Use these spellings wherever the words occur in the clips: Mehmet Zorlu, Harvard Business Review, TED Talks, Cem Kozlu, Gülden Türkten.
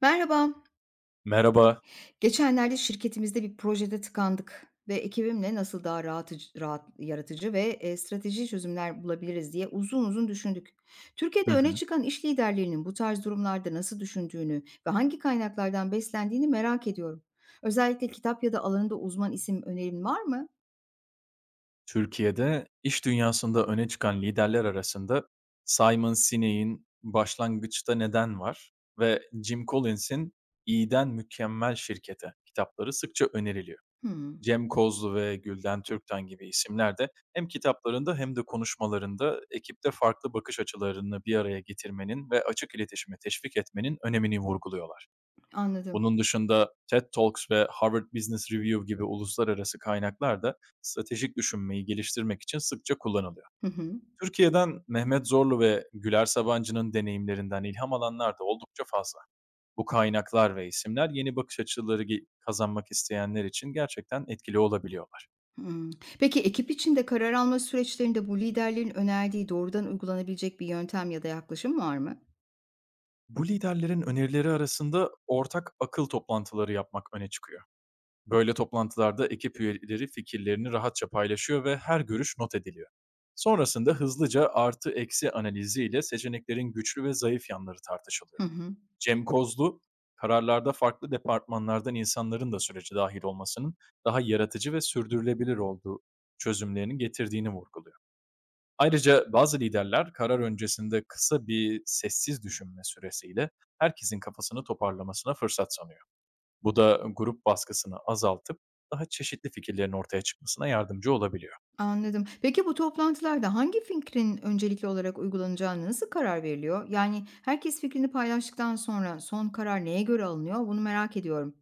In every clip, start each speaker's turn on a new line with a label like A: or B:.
A: Merhaba.
B: Merhaba.
A: Geçenlerde şirketimizde bir projede tıkandık ve ekibimle nasıl daha rahat, yaratıcı ve strateji çözümler bulabiliriz diye uzun uzun düşündük. Türkiye'de
B: Hı
A: öne
B: hı.
A: çıkan iş liderlerinin bu tarz durumlarda nasıl düşündüğünü ve hangi kaynaklardan beslendiğini merak ediyorum. Özellikle kitap ya da alanında uzman isim önerin var mı?
B: Türkiye'de iş dünyasında öne çıkan liderler arasında Simon Sinek'in Başlangıçta Neden Var ve Jim Collins'in İyiden Mükemmel Şirkete kitapları sıkça öneriliyor.
A: Hmm,
B: Cem Kozlu ve Gülden Türkten gibi isimler de hem kitaplarında hem de konuşmalarında ekipte farklı bakış açılarını bir araya getirmenin ve açık iletişime teşvik etmenin önemini vurguluyorlar.
A: anladım.
B: Bunun dışında TED Talks ve Harvard Business Review gibi uluslararası kaynaklar da stratejik düşünmeyi geliştirmek için sıkça kullanılıyor.
A: Hı hı.
B: Türkiye'den Mehmet Zorlu ve Güler Sabancı'nın deneyimlerinden ilham alanlar da oldukça fazla. Bu kaynaklar ve isimler yeni bakış açıları kazanmak isteyenler için gerçekten etkili olabiliyorlar.
A: Hmm. Peki ekip içinde karar alma süreçlerinde bu liderlerin önerdiği doğrudan uygulanabilecek bir yöntem ya da yaklaşım var mı?
B: Bu liderlerin önerileri arasında ortak akıl toplantıları yapmak öne çıkıyor. Böyle toplantılarda ekip üyeleri fikirlerini rahatça paylaşıyor ve her görüş not ediliyor. Sonrasında hızlıca artı eksi analiziyle seçeneklerin güçlü ve zayıf yanları
A: Hı
B: tartışılıyor.
A: hı.
B: Cem Kozlu, kararlarda farklı departmanlardan insanların da sürece dahil olmasının daha yaratıcı ve sürdürülebilir olduğu çözümlerini getirdiğini vurguluyor. Ayrıca bazı liderler karar öncesinde kısa bir sessiz düşünme süresiyle herkesin kafasını toparlamasına fırsat sanıyor. Bu da grup baskısını azaltıp daha çeşitli fikirlerin ortaya çıkmasına yardımcı olabiliyor.
A: Anladım. Peki bu toplantılarda hangi fikrin öncelikli olarak uygulanacağına nasıl karar veriliyor? Yani herkes fikrini paylaştıktan sonra son karar neye göre alınıyor? Bunu merak ediyorum.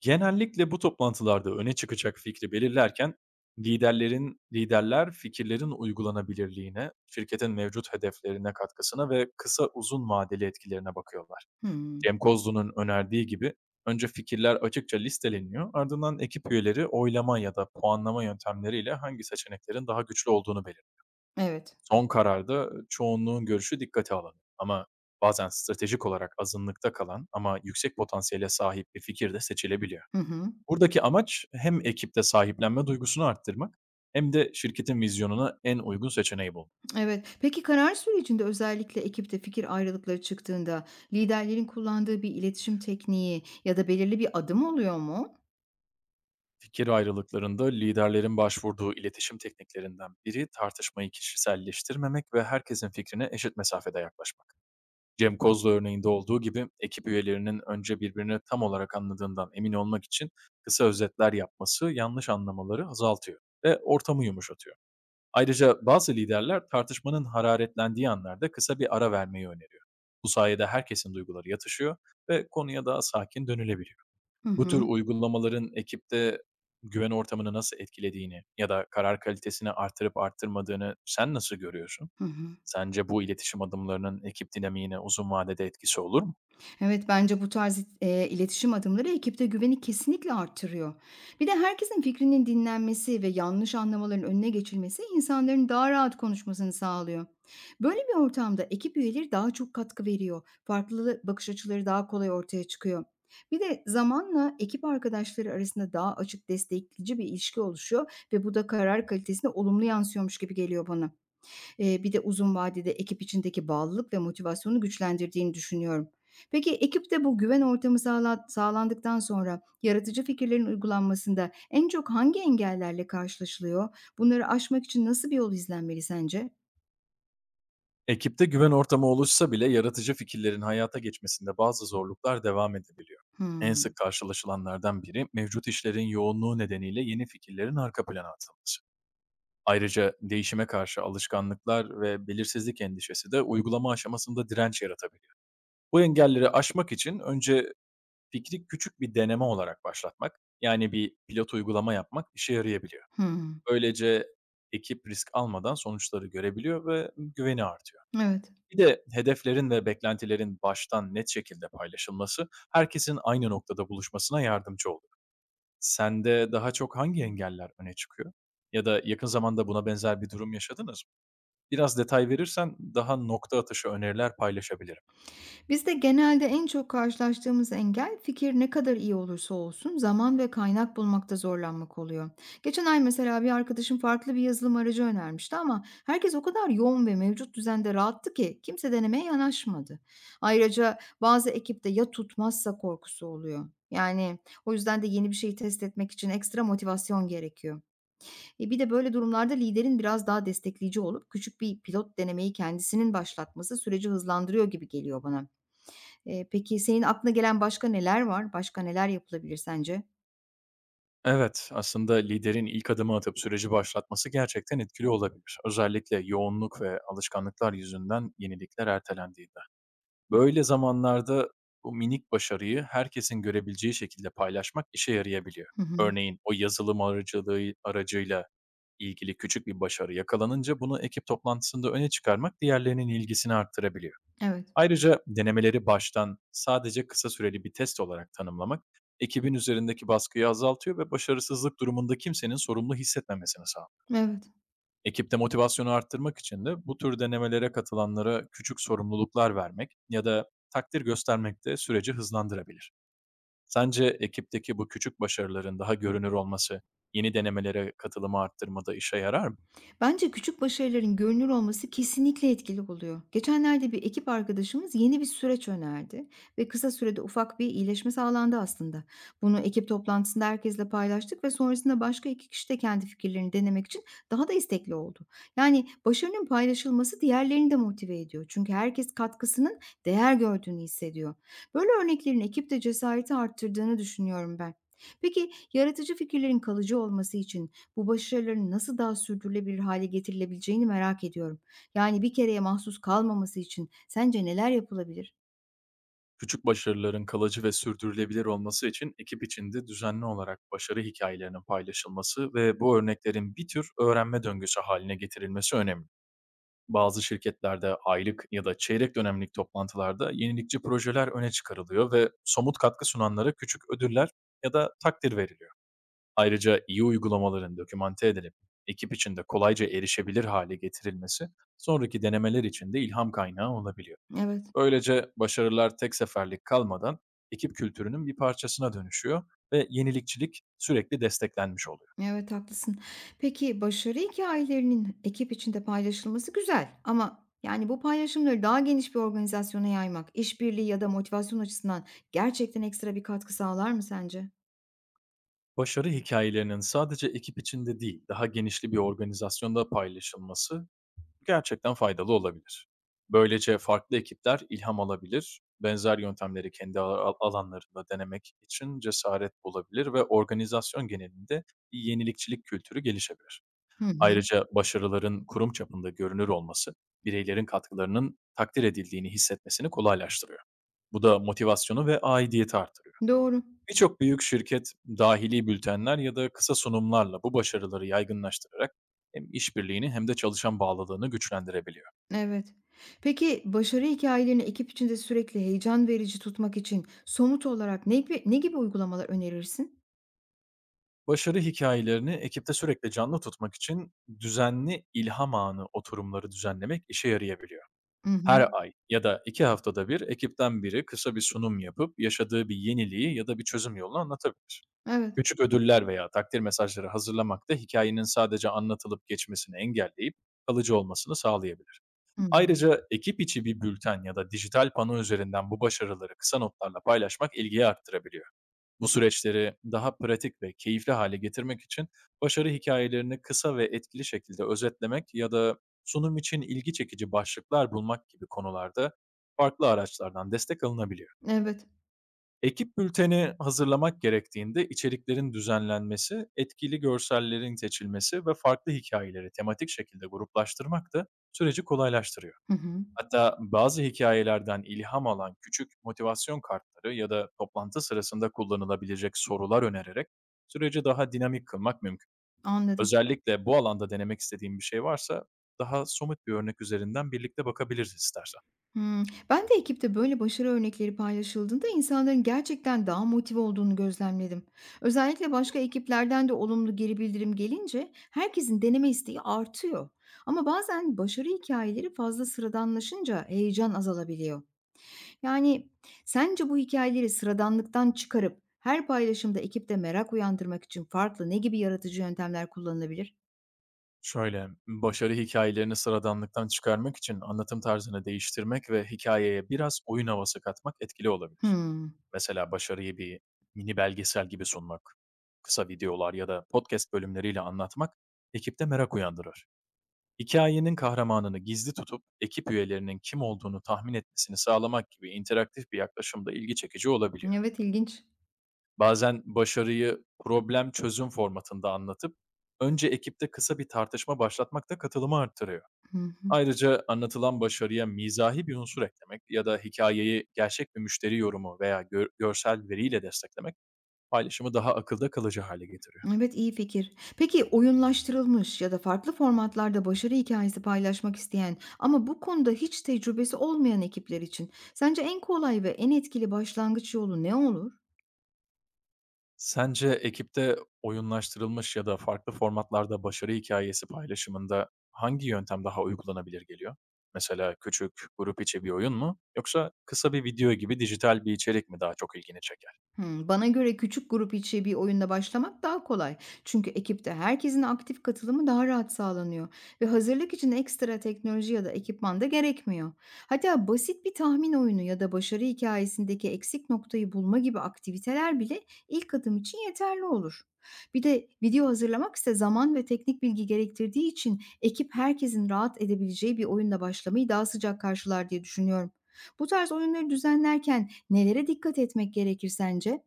B: Genellikle bu toplantılarda öne çıkacak fikri belirlerken liderler fikirlerin uygulanabilirliğine, şirketin mevcut hedeflerine katkısına ve kısa uzun vadeli etkilerine bakıyorlar.
A: Hımm.
B: Cem Kozlu'nun önerdiği gibi önce fikirler açıkça listeleniyor, ardından ekip üyeleri oylama ya da puanlama yöntemleriyle hangi seçeneklerin daha güçlü olduğunu belirliyor.
A: Evet.
B: Son kararda çoğunluğun görüşü dikkate alınır ama bazen stratejik olarak azınlıkta kalan ama yüksek potansiyele sahip bir fikir de seçilebiliyor.
A: Hı hı.
B: Buradaki amaç hem ekipte sahiplenme duygusunu arttırmak hem de şirketin vizyonuna en uygun seçeneği bulmak.
A: Evet. Peki karar sürecinde özellikle ekipte fikir ayrılıkları çıktığında liderlerin kullandığı bir iletişim tekniği ya da belirli bir adım oluyor mu?
B: Fikir ayrılıklarında liderlerin başvurduğu iletişim tekniklerinden biri tartışmayı kişiselleştirmemek ve herkesin fikrine eşit mesafede yaklaşmak. Cem Kozla örneğinde olduğu gibi ekip üyelerinin önce birbirini tam olarak anladığından emin olmak için kısa özetler yapması yanlış anlamaları azaltıyor ve ortamı yumuşatıyor. Ayrıca bazı liderler tartışmanın hararetlendiği anlarda kısa bir ara vermeyi öneriyor. Bu sayede herkesin duyguları yatışıyor ve konuya daha sakin dönülebiliyor.
A: Hı
B: Bu tür
A: hı.
B: uygulamaların ekipte güven ortamını nasıl etkilediğini ya da karar kalitesini artırıp arttırmadığını sen nasıl görüyorsun?
A: Hı hı.
B: Sence bu iletişim adımlarının ekip dinamiğine uzun vadede etkisi olur mu?
A: Evet, bence bu tarz, iletişim adımları ekipte güveni kesinlikle arttırıyor. Bir de herkesin fikrinin dinlenmesi ve yanlış anlamaların önüne geçilmesi insanların daha rahat konuşmasını sağlıyor. Böyle bir ortamda ekip üyeleri daha çok katkı veriyor. Farklı bakış açıları daha kolay ortaya çıkıyor. Bir de zamanla ekip arkadaşları arasında daha açık, destekleyici bir ilişki oluşuyor ve bu da karar kalitesine olumlu yansıyormuş gibi geliyor bana. Bir de uzun vadede ekip içindeki bağlılık ve motivasyonu güçlendirdiğini düşünüyorum. Peki ekipte bu güven ortamı sağlandıktan sonra yaratıcı fikirlerin uygulanmasında en çok hangi engellerle karşılaşılıyor? Bunları aşmak için nasıl bir yol izlenmeli sence?
B: Ekipte güven ortamı oluşsa bile yaratıcı fikirlerin hayata geçmesinde bazı zorluklar devam edebiliyor. En
A: Hımm.
B: sık karşılaşılanlardan biri mevcut işlerin yoğunluğu nedeniyle yeni fikirlerin arka plana atılması. Ayrıca değişime karşı alışkanlıklar ve belirsizlik endişesi de uygulama aşamasında direnç yaratabiliyor. Bu engelleri aşmak için önce fikri küçük bir deneme olarak başlatmak, yani bir pilot uygulama yapmak işe yarayabiliyor.
A: Hımm.
B: Böylece ekip risk almadan sonuçları görebiliyor ve güveni artıyor.
A: Evet.
B: Bir de hedeflerin ve beklentilerin baştan net şekilde paylaşılması, herkesin aynı noktada buluşmasına yardımcı olur. Sende daha çok hangi engeller öne çıkıyor? Ya da yakın zamanda buna benzer bir durum yaşadınız mı? Biraz detay verirsen daha nokta atışı öneriler paylaşabilirim.
A: Bizde genelde en çok karşılaştığımız engel fikir ne kadar iyi olursa olsun zaman ve kaynak bulmakta zorlanmak oluyor. Geçen ay mesela bir arkadaşım farklı bir yazılım aracı önermişti ama herkes o kadar yoğun ve mevcut düzende rahattı ki kimse denemeye yanaşmadı. Ayrıca bazı ekipte ya tutmazsa korkusu oluyor. Yani o yüzden de yeni bir şeyi test etmek için ekstra motivasyon gerekiyor. Bir de böyle durumlarda liderin biraz daha destekleyici olup küçük bir pilot denemeyi kendisinin başlatması süreci hızlandırıyor gibi geliyor bana. Peki senin aklına gelen başka neler var? Başka neler yapılabilir sence?
B: Evet, aslında liderin ilk adımı atıp süreci başlatması gerçekten etkili olabilir. Özellikle yoğunluk ve alışkanlıklar yüzünden yenilikler ertelendiğinde. Böyle zamanlarda bu minik başarıyı herkesin görebileceği şekilde paylaşmak işe yarayabiliyor.
A: Hı hı.
B: Örneğin o yazılım aracıyla ilgili küçük bir başarı yakalanınca bunu ekip toplantısında öne çıkarmak diğerlerinin ilgisini arttırabiliyor.
A: Evet.
B: Ayrıca denemeleri baştan sadece kısa süreli bir test olarak tanımlamak ekibin üzerindeki baskıyı azaltıyor ve başarısızlık durumunda kimsenin sorumlu hissetmemesini sağlıyor.
A: Evet.
B: Ekipte motivasyonu arttırmak için de bu tür denemelere katılanlara küçük sorumluluklar vermek ya da takdir göstermek de süreci hızlandırabilir. Sence ekipteki bu küçük başarıların daha görünür olması yeni denemelere katılımı arttırmada işe yarar mı?
A: Bence küçük başarıların görünür olması kesinlikle etkili oluyor. Geçenlerde bir ekip arkadaşımız yeni bir süreç önerdi ve kısa sürede ufak bir iyileşme sağlandı aslında. Bunu ekip toplantısında herkesle paylaştık ve sonrasında başka iki kişi de kendi fikirlerini denemek için daha da istekli oldu. Yani başarının paylaşılması diğerlerini de motive ediyor. Çünkü herkes katkısının değer gördüğünü hissediyor. Böyle örneklerin ekipte cesareti arttırdığını düşünüyorum ben. Peki yaratıcı fikirlerin kalıcı olması için bu başarıların nasıl daha sürdürülebilir hale getirilebileceğini merak ediyorum. Yani bir kereye mahsus kalmaması için sence neler yapılabilir?
B: Küçük başarıların kalıcı ve sürdürülebilir olması için ekip içinde düzenli olarak başarı hikayelerinin paylaşılması ve bu örneklerin bir tür öğrenme döngüsü haline getirilmesi önemli. Bazı şirketlerde aylık ya da çeyrek dönemlik toplantılarda yenilikçi projeler öne çıkarılıyor ve somut katkı sunanlara küçük ödüller ya da takdir veriliyor. Ayrıca iyi uygulamaların dokümante edilip ekip içinde kolayca erişebilir hale getirilmesi sonraki denemeler için de ilham kaynağı olabiliyor.
A: Evet,
B: Böylece başarılar tek seferlik kalmadan ekip kültürünün bir parçasına dönüşüyor ve yenilikçilik sürekli desteklenmiş oluyor.
A: evet haklısın. Peki başarı hikâyelerinin ekip içinde paylaşılması güzel ama, yani, bu paylaşımları daha geniş bir organizasyona yaymak, işbirliği ya da motivasyon açısından gerçekten ekstra bir katkı sağlar mı sence?
B: Başarı hikayelerinin sadece ekip içinde değil, daha genişli bir organizasyonda paylaşılması gerçekten faydalı olabilir. Böylece farklı ekipler ilham alabilir, benzer yöntemleri kendi alanlarında denemek için cesaret bulabilir ve organizasyon genelinde bir yenilikçilik kültürü gelişebilir.
A: Hı hı.
B: Ayrıca başarıların kurum çapında görünür olması, bireylerin katkılarının takdir edildiğini hissetmesini kolaylaştırıyor. Bu da motivasyonu ve aidiyeti artırıyor.
A: Doğru.
B: Birçok büyük şirket dahili bültenler ya da kısa sunumlarla bu başarıları yaygınlaştırarak hem işbirliğini hem de çalışan bağlılığını güçlendirebiliyor.
A: Evet. Peki, başarı hikayelerini ekip içinde sürekli heyecan verici tutmak için somut olarak ne gibi uygulamalar önerirsin?
B: Başarı hikayelerini ekipte sürekli canlı tutmak için düzenli ilham anı oturumları düzenlemek işe yarayabiliyor.
A: Hı hı.
B: Her ay ya da 2 haftada bir ekipten biri kısa bir sunum yapıp yaşadığı bir yeniliği ya da bir çözüm yolunu anlatabilir.
A: Evet.
B: Küçük ödüller veya takdir mesajları hazırlamak da hikayenin sadece anlatılıp geçmesini engelleyip kalıcı olmasını sağlayabilir.
A: Hıı.
B: Ayrıca ekip içi bir bülten ya da dijital pano üzerinden bu başarıları kısa notlarla paylaşmak ilgiyi arttırabiliyor. Bu süreçleri daha pratik ve keyifli hale getirmek için başarı hikayelerini kısa ve etkili şekilde özetlemek ya da sunum için ilgi çekici başlıklar bulmak gibi konularda farklı araçlardan destek alınabiliyor.
A: Evet.
B: Ekip bülteni hazırlamak gerektiğinde içeriklerin düzenlenmesi, etkili görsellerin seçilmesi ve farklı hikayeleri tematik şekilde gruplaştırmak da süreci kolaylaştırıyor.
A: Hı hı.
B: Hatta bazı hikayelerden ilham alan küçük motivasyon kartları ya da toplantı sırasında kullanılabilecek sorular önererek süreci daha dinamik kılmak mümkün.
A: Anladım.
B: Özellikle bu alanda denemek istediğin bir şey varsa daha somut bir örnek üzerinden birlikte bakabiliriz istersen.
A: Hımm. Ben de ekipte böyle başarı örnekleri paylaşıldığında insanların gerçekten daha motive olduğunu gözlemledim. Özellikle başka ekiplerden de olumlu geri bildirim gelince herkesin deneme isteği artıyor. Ama bazen başarı hikayeleri fazla sıradanlaşınca heyecan azalabiliyor. Yani sence bu hikayeleri sıradanlıktan çıkarıp her paylaşımda ekipte merak uyandırmak için farklı ne gibi yaratıcı yöntemler kullanılabilir?
B: Şöyle, başarı hikayelerini sıradanlıktan çıkarmak için anlatım tarzını değiştirmek ve hikayeye biraz oyun havası katmak etkili olabilir.
A: Hımm.
B: Mesela başarıyı bir mini belgesel gibi sunmak, kısa videolar ya da podcast bölümleriyle anlatmak ekipte merak uyandırır. Hikayenin kahramanını gizli tutup ekip üyelerinin kim olduğunu tahmin etmesini sağlamak gibi interaktif bir yaklaşım da ilgi çekici olabiliyor.
A: Evet, ilginç.
B: Bazen başarıyı problem çözüm formatında anlatıp önce ekipte kısa bir tartışma başlatmak da katılımı arttırıyor.
A: Hı hı.
B: Ayrıca anlatılan başarıya mizahi bir unsur eklemek ya da hikayeyi gerçek bir müşteri yorumu veya görsel veriyle desteklemek paylaşımı daha akılda kalıcı hale getiriyor.
A: Evet, iyi fikir. Peki oyunlaştırılmış ya da farklı formatlarda başarı hikayesi paylaşmak isteyen ama bu konuda hiç tecrübesi olmayan ekipler için sence en kolay ve en etkili başlangıç yolu ne olur?
B: Sence ekipte oyunlaştırılmış ya da farklı formatlarda başarı hikayesi paylaşımında hangi yöntem daha uygulanabilir geliyor? Mesela küçük, grup içi bir oyun mu yoksa kısa bir video gibi dijital bir içerik mi daha çok ilgini çeker?
A: Hımm. Bana göre küçük grup içi bir oyunda başlamak daha kolay. Çünkü ekipte herkesin aktif katılımı daha rahat sağlanıyor ve hazırlık için ekstra teknoloji ya da ekipman da gerekmiyor. Hatta basit bir tahmin oyunu ya da başarı hikayesindeki eksik noktayı bulma gibi aktiviteler bile ilk adım için yeterli olur. Bir de video hazırlamak ise zaman ve teknik bilgi gerektirdiği için ekip herkesin rahat edebileceği bir oyunla başlamayı daha sıcak karşılar diye düşünüyorum. Bu tarz oyunları düzenlerken nelere dikkat etmek gerekir sence?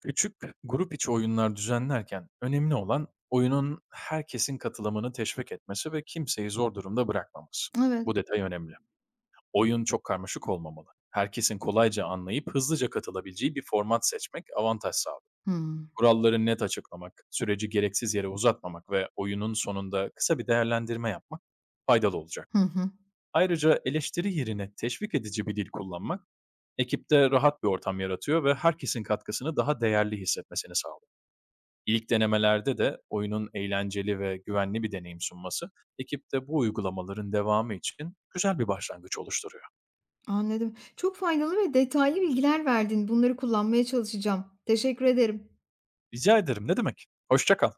B: Küçük grup içi oyunlar düzenlerken önemli olan oyunun herkesin katılımını teşvik etmesi ve kimseyi zor durumda bırakmaması.
A: Evet.
B: Bu detay önemli. Oyun çok karmaşık olmamalı. Herkesin kolayca anlayıp hızlıca katılabileceği bir format seçmek avantaj sağlar.
A: Hımm.
B: Kuralları net açıklamak, süreci gereksiz yere uzatmamak ve oyunun sonunda kısa bir değerlendirme yapmak faydalı olacak.
A: Hı hı.
B: Ayrıca eleştiri yerine teşvik edici bir dil kullanmak ekipte rahat bir ortam yaratıyor ve herkesin katkısını daha değerli hissetmesini sağlıyor. İlk denemelerde de oyunun eğlenceli ve güvenli bir deneyim sunması ekipte bu uygulamaların devamı için güzel bir başlangıç oluşturuyor.
A: Anladım. Çok faydalı ve detaylı bilgiler verdin. Bunları kullanmaya çalışacağım. Teşekkür ederim.
B: Rica ederim, ne demek. Hoşça kal.